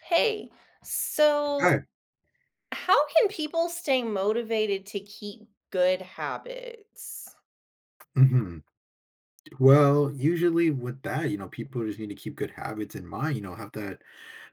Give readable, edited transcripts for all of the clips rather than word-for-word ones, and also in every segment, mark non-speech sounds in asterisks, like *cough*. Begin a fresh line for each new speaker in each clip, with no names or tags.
Hey, so
Right.
how can people stay motivated to keep good habits?
Mhm. Well, usually with that, you know, people just need to keep good habits in mind, have that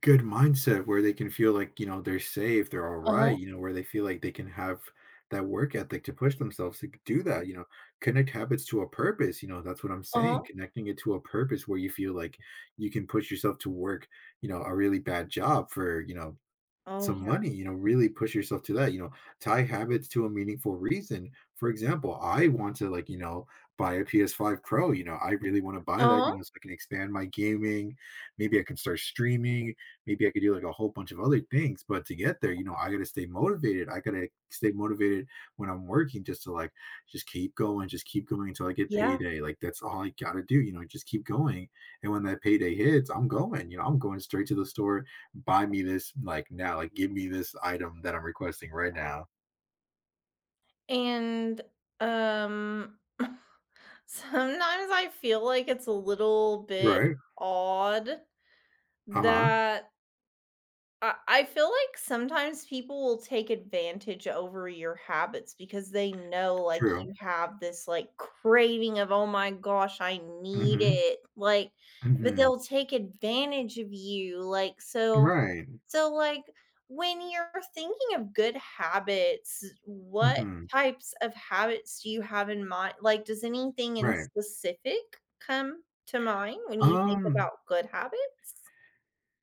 good mindset where they can feel like, they're safe, they're all right,
Uh-huh.
where they feel like they can have that work ethic to push themselves to do that, connect habits to a purpose, that's what I'm saying,
Uh-huh.
connecting it to a purpose where you feel like you can push yourself to work, a really bad job for,
Oh
some
yeah.
money, really push yourself to that, tie habits to a meaningful reason. For example, I want to like, buy a PS5 Pro, I really want to buy that,
Uh-huh.
so I can expand my gaming. Maybe I can start streaming, maybe I could do like a whole bunch of other things, but to get there, I got to stay motivated. I got to stay motivated when I'm working just to like just keep going until I get
Yeah.
payday. Like that's all I got to do, just keep going. And when that payday hits, I'm going, I'm going straight to the store buy me this like now, like give me this item that I'm requesting right now.
And um *laughs* sometimes I feel like it's a little bit
Right.
odd
Uh-huh.
that I feel like sometimes people will take advantage over your habits because they know like
True.
you have this like craving of, "Oh my gosh, I need
Mhm.
it." Like, but
Mhm.
they'll take advantage of you. Like, so,
Right.
so when you're thinking of good habits, what
Mhm.
types of habits do you have in mind? Like, does anything in
Right.
specific come to mind when you think
Um
about good habits?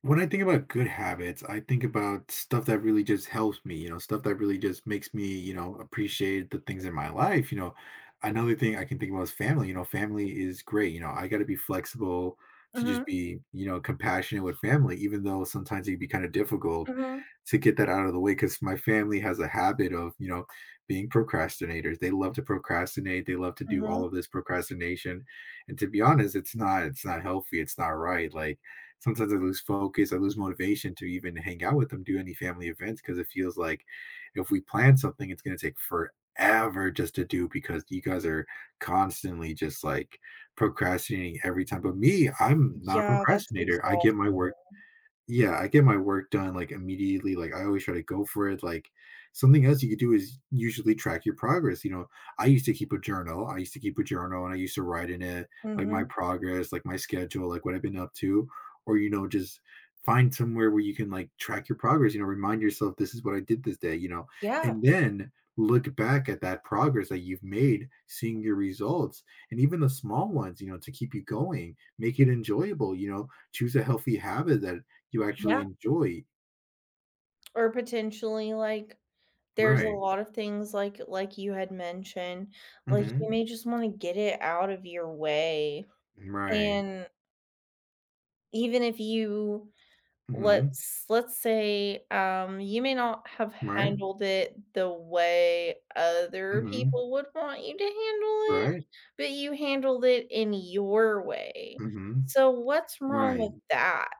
When I think about good habits, I think about stuff that really just helps me, stuff that really just makes me, appreciate the things in my life. Another thing I can think about is family. You know, family is great. You know, I got to be flexible to just
Mm-hmm.
be, compassionate with family, even though sometimes it can be kind of difficult
Mm-hmm.
to get that out of the way because my family has a habit of, being procrastinators. They love to procrastinate. They love to do
Mm-hmm.
all of this procrastination. And to be honest, it's not healthy. It's not right. Like, sometimes I lose focus, I lose motivation to even hang out with them, do any family events because it feels like if we plan something, it's going to take forever just to do because you guys are constantly just like procrastinating every time. But me, I'm not a
Yeah, that's
procrastinator. I get
exhausting.
my work yeah, I get my work done, like, immediately, like, I always try to go for it, like something else you could do is usually track your progress, I used to keep a journal, I used to keep a journal, and I used to write in it, like, my
Mhm.
progress, like, my schedule, like, what I've been up to, or, just find somewhere where you can, like, track your progress, remind yourself, "This is what I did this day,"
Yeah,
and then look back at that progress that you've made, seeing your results, and even the small ones, to keep you going, make it enjoyable, choose a healthy habit that you actually
yeah.
enjoy.
Or potentially, like, there's a
Right.
lot of things like you had mentioned, like,
Mhm.
you may just wanna get it out of your way,
Right.
and even if you
Mhm.
let's say, you may not have
Right.
handled it the way other
Mhm.
people would want you to handle it,
Right.
but you handled it in your way.
Mhm.
So what's wrong
Right.
with that?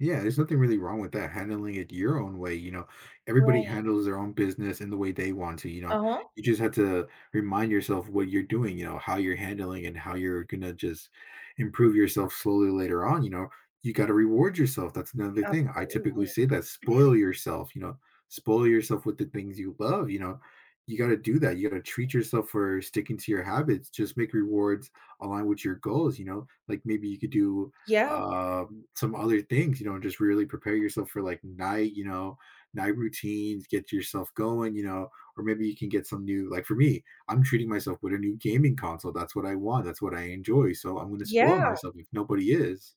Yeah, there's nothing really wrong with that. Handling it your own way, everybody
Right.
handles their own business in the way they want to, you know.
Uh-huh.
You just have to remind yourself what you're doing, how you're handling and how you're gonna just improve yourself slowly later on, you know. You got to reward yourself. That's another thing. I typically
Absolutely.
say that spoil yourself, spoil yourself with the things you love, you know. You got to do that. You got to treat yourself for sticking to your habits. Just make rewards align with your goals, you know. Like maybe you could do
Yeah,
some other things, just really prepare yourself for like night, night routines, get yourself going, or maybe you can get some new, like for me, I'm treating myself with a new gaming console. That's what I want. That's what I enjoy. So I'm going to spoil
yeah,
myself if nobody is.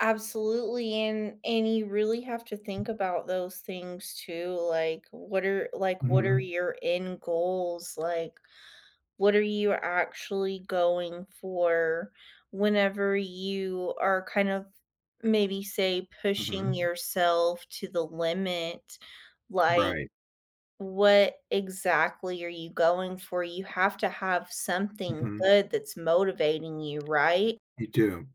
absolutely, and you really have to think about those things too, like, what are
Hmm.
your end goals? Like, what are you actually going for whenever you are kind of maybe, say, pushing
Hmm.
yourself to the limit? Like,
Right.
what exactly are you going for? You have to have something
Hmm.
good that's motivating you, right?
You do.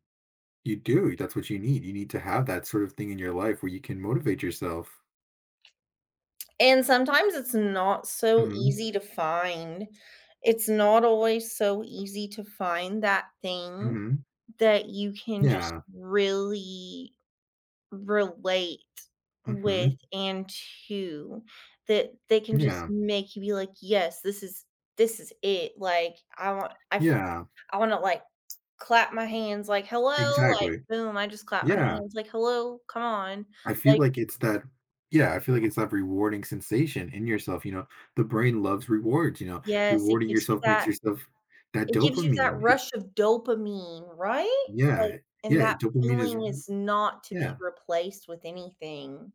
You do. That's what you need. You need to have that sort of thing in your life where you can motivate yourself.
And sometimes it's not so
Hmm.
easy to find. It's not always so easy to find that thing
Hmm.
that you can just
Yeah.
really relate with
Hmm.
and to that they can just
Yeah.
make you be like, "Yes, this is it." Like, I want I f
Yeah.
I wanna, like, clap my hands, like, "Hello," like,
Exactly.
boom, I just clap my
Yeah.
hands, like, "Hello, come on."
I feel
Like,
like it's that yeah, I feel like it's that rewarding sensation in yourself, you know. The brain loves rewards, you know.
yes, it
Rewarding
gives you
yourself makes
that.
yourself that
It gives you that
dopamine. It
rush of dopamine, right? Like,
yeah.
and
Yeah,
that
dopamine is
feeling is not to be
yeah.
replaced with anything.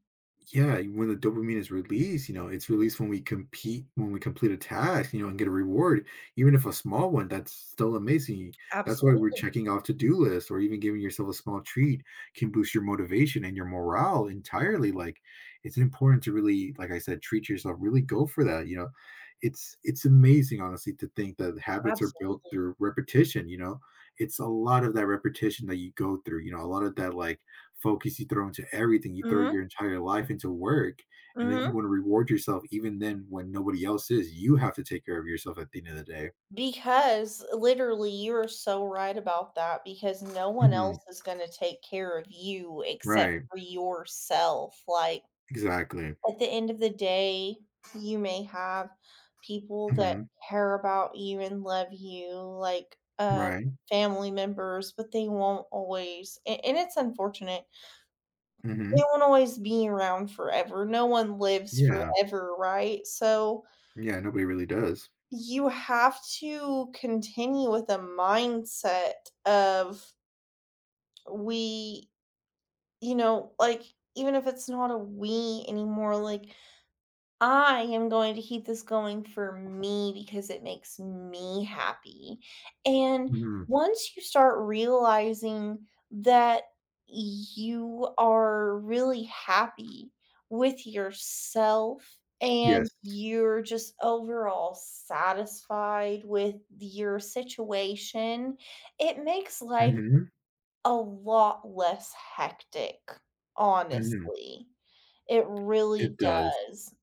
Yeah, when the dopamine is released, it's released when we compete, when we complete a task, and get a reward, even if a small one, that's still amazing. That's why we're
Absolutely,
checking off to-do lists or even giving yourself a small treat can boost your motivation and your morale entirely. Like it's important to really, like I said, treat yourself, really go for that. You know, it's amazing, honestly, to think that habits are built
absolutely.
through repetition, you know. It's a lot of that repetition that you go through, a lot of that like focus you throw into everything. You throw
Mhm,
your entire life into work, and then you
mhm.
want to reward yourself even then when nobody else is. You have to take care of yourself at the end of the day.
Because literally, you are so right about that because no one
Mhm.
else is gonna take care of you except
Right.
for yourself, like
Exactly.
at the end of the day, you may have people that
Mhm.
care about you and love you, like,
Right.
family members, but they won't always a and it's unfortunate.
Mhm.
They won't always be around forever. No one lives
Yeah.
forever, right? So,
Yeah, nobody really does.
you have to continue with a mindset of we you know, like, even if it's not a we anymore, like I am going to keep this going for me because it makes me happy. And
Mhm.
once you start realizing that you are really happy with yourself and
Yes.
you're just overall satisfied with your situation, it makes life
Mhm.
a lot less hectic,
Mhm.
honestly. It
It
really
does.
does.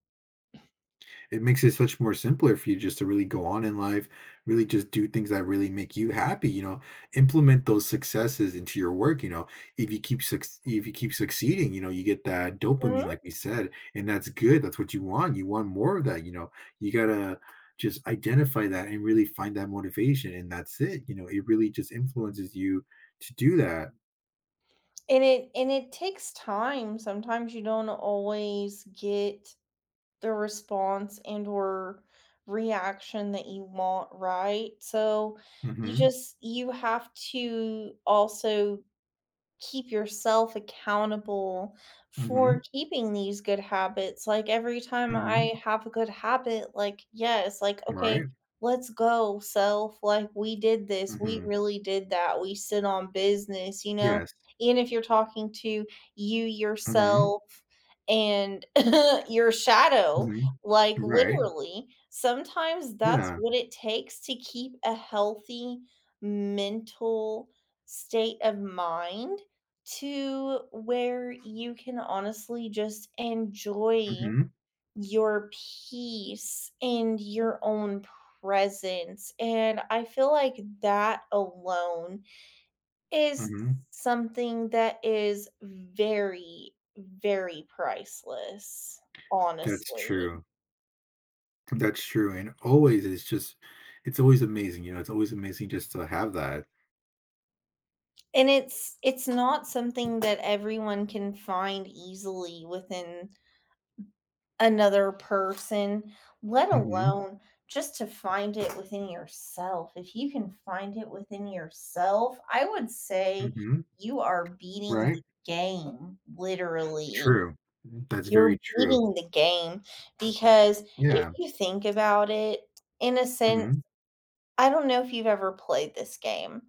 It makes it such more simpler for you just to really go on in life, really just do things that really make you happy, implement those successes into your work, if you keep suc if you keep succeeding, you get that dopamine
Mhm.
like we said, and that's good, that's what you want, you want more of that, you gotta just identify that and really find that motivation, and that's it, it really just influences you to do that.
And it takes time. Sometimes you don't always get the response and or reaction that you want, right? So, you
Mhm.
just you have to also keep yourself accountable
Mhm.
for keeping these good habits. Like every time
Mhm.
I have a good habit, like, yeah, it's like, okay,
Right.
let's go, self. Like, we did this. We
Mhm.
really did that. We sit on business, you know?
Yes.
Even if you're talking to you
Mhm.
yourself and *laughs* your shadow,
Mhm.
like
Right.
literally, sometimes that's
Yeah.
what it takes to keep a healthy mental state of mind to where you can honestly just enjoy
Mhm,
your peace and your own presence. And I feel like that alone is
mhm.
something that is very, very priceless
That's
honestly.
true. And always it's always amazing, it's always amazing just to have that.
And it's not something that everyone can find easily within another person, let
Mhm,
alone just to find it within yourself. If you can find it within yourself, I would say
mhm,
you are beating the
right?
game, literally.
True. That's
You're
very true.
beating the game because if
Yeah,
you think about it, in a sense,
mhm.
I don't know if you've ever played this game.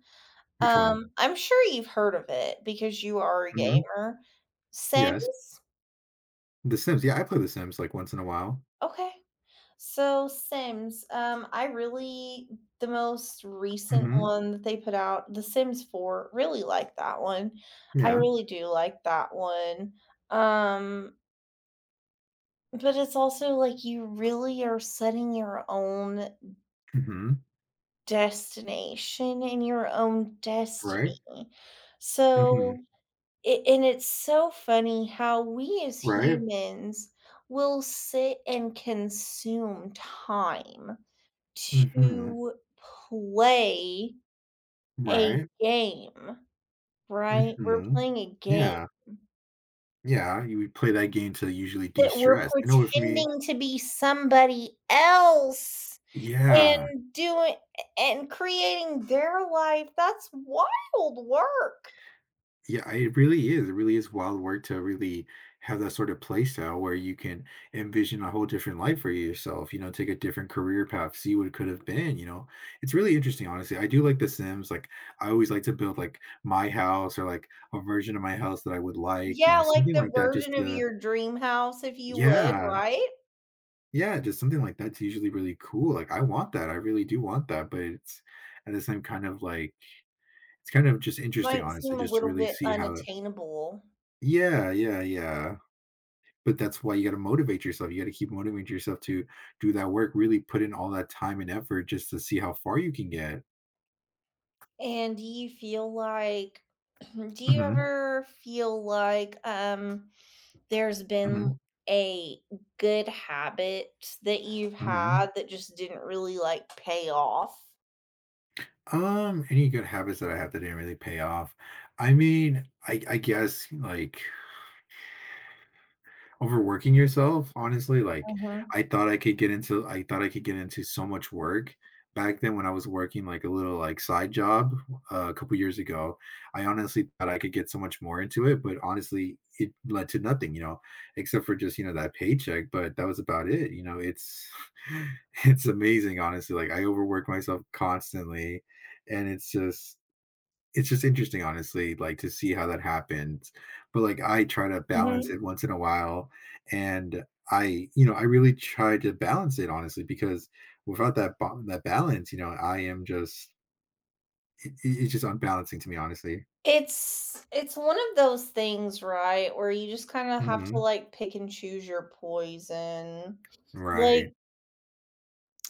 Which one?
I'm sure you've heard of it because you are a
Mhm,
gamer.
yes.
Sims?
The Sims, yeah, I play The Sims, like, once in a while.
Okay. So Sims, I really the most recent
Mhm,
one that they put out, The Sims 4, really like that one. I
yeah.
really do like that one. Um, but it's also like you really are setting your own
Mhm,
destination and your own destiny.
right? Mhm,
So and it's so funny how we as
right?
humans will sit and consume time
Mhm,
to play a
right?
game, right? We're
Mhm.
playing a game
Yeah, yeah, you would play that game to usually
that we're
de-stress. I know with me
pretending to be somebody else
yeah.
and doing and creating their life. That's wild work.
Yeah, it really is. It really is wild work to really have that sort of play style where you can envision a whole different life for yourself, take a different career path, see what it could have been, you know. It's really interesting, honestly. I do like The Sims. Like, I always like to build like my house or like a version of my house that I would like,
Yeah, like
something
the
like that just
version of
to,
your dream house, if you would,
yeah,
right?
yeah, just something like that's usually really cool. Like, I want that. I really do want that. But it's at the same kind of like, it's kind of just interesting,
Might
honestly,
seem a
just to
little
really
bit
see how the
unattainable.
yeah, yeah, yeah. But that's why you got to motivate yourself. You got to keep motivating yourself to do that work, really put in all that time and effort just to see how far you can get.
And do you feel like *clears throat* do you
Hmm.
ever feel like, there's been
Hmm.
a good habit that you've had
Hmm.
that just didn't really, like, pay off?
Any good habits that I have that didn't really pay off? I mean, I guess like overworking yourself honestly like
Mhm,
I thought I could get into so much work back then when I was working like a little like side job, a couple years ago. I honestly thought I could get so much more into it, but honestly it led to nothing, except for just, that paycheck. But that was about it, you know it's *laughs* it's amazing, honestly, like I overwork myself constantly. And it's just, it's just interesting, honestly, like to see how that happens. But like I try to balance
mhm.
it once in a while. And I, I really try to balance it, honestly, because without that that balance, I am just it's just unbalancing to me, honestly.
It's one of those things, right, where you just kinda have
Hmm.
to, like, pick and choose your poison. Like,
Right.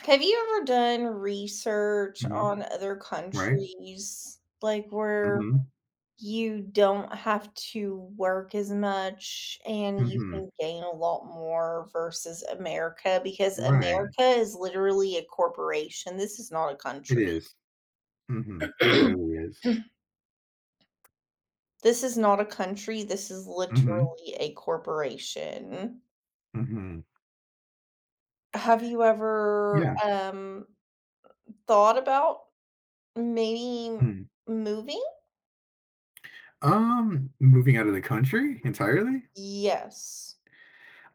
have you ever done research
Hmm.
on other
Right.
countries, like, where
Hmm.
you don't have to work as much, and you
Hmm.
can gain a lot more versus America, because
Right.
America is literally a corporation. This is not a
It
country.
is. Mm-hmm, it literally is.
*clears throat* This is not a country, this is
Hmm.
literally a corporation.
Hmm.
Have you ever,
Yeah.
thought about maybe
Mm.
moving?
Moving out of the country entirely?
Yes.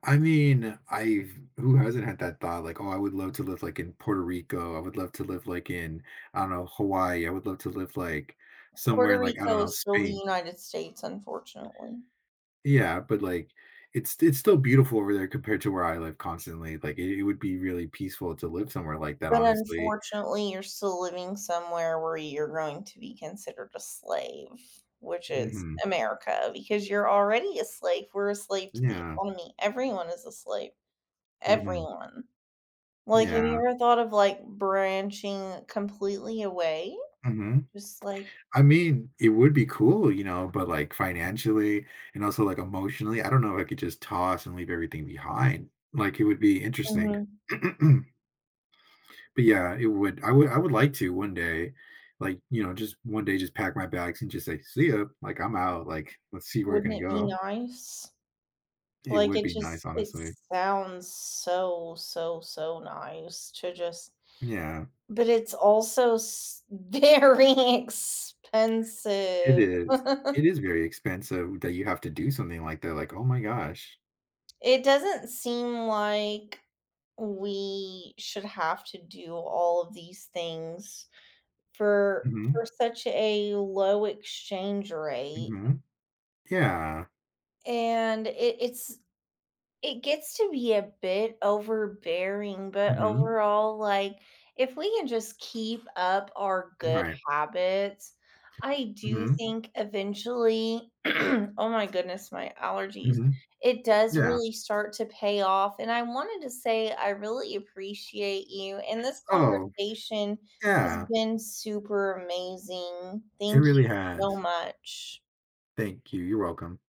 I mean, I've who hasn't had that thought like, "Oh, I would love to live, like, in Puerto Rico. I would love to live, like, in, I don't know, Hawaii. I would love to live, like, somewhere
Puerto
in, like, I don't
Rico
know,
is still the
Spain."
United States, unfortunately.
Yeah, but, like, it's still beautiful over there compared to where I live constantly. Like, it would be really peaceful to live somewhere like that,
But
honestly.
unfortunately, you're still living somewhere where you're going to be considered a slave, which is
Mhm.
America, because you're already a slave. We're a slave to the
Yeah.
economy. Everyone is a slave.
Mhm.
Everyone. Like, have
Yeah.
you ever thought of like branching completely away?
Mhm.
Just like,
I mean, it would be cool, but like financially and also like emotionally, I don't know if I could just toss and leave everything behind. Like it would be interesting.
mhm,
*clears throat* But yeah, it would I would like to one day, like, just one day just pack my bags and just say, "See ya," like I'm out, like let's see where I
wouldn't
can
it be
go.
nice?
It
Like,
would
it
be nice,
just, it
honestly.
sounds so, so, so nice to just.
Yeah,
But it's also s *laughs* very
it
expensive.
is.
*laughs*
It is very expensive that you have to do something like that. Like, oh my gosh.
It doesn't seem like we should have to do all of these things for
Mhm.
such a low exchange rate,
Mhm. Yeah.
and it's it gets to be a bit overbearing, but
Mhm.
overall, like, if we can just keep up our good
Right.
habits, I do
Mhm.
think eventually, *clears throat* oh my goodness, my allergies,
Mhm.
it does
Yeah.
really start to pay off. And I wanted to say, I really appreciate you. And this
Oh,
conversation has
yeah.
been super amazing.
It
Thank
really
you so
has.
much.
Thank you. You're welcome.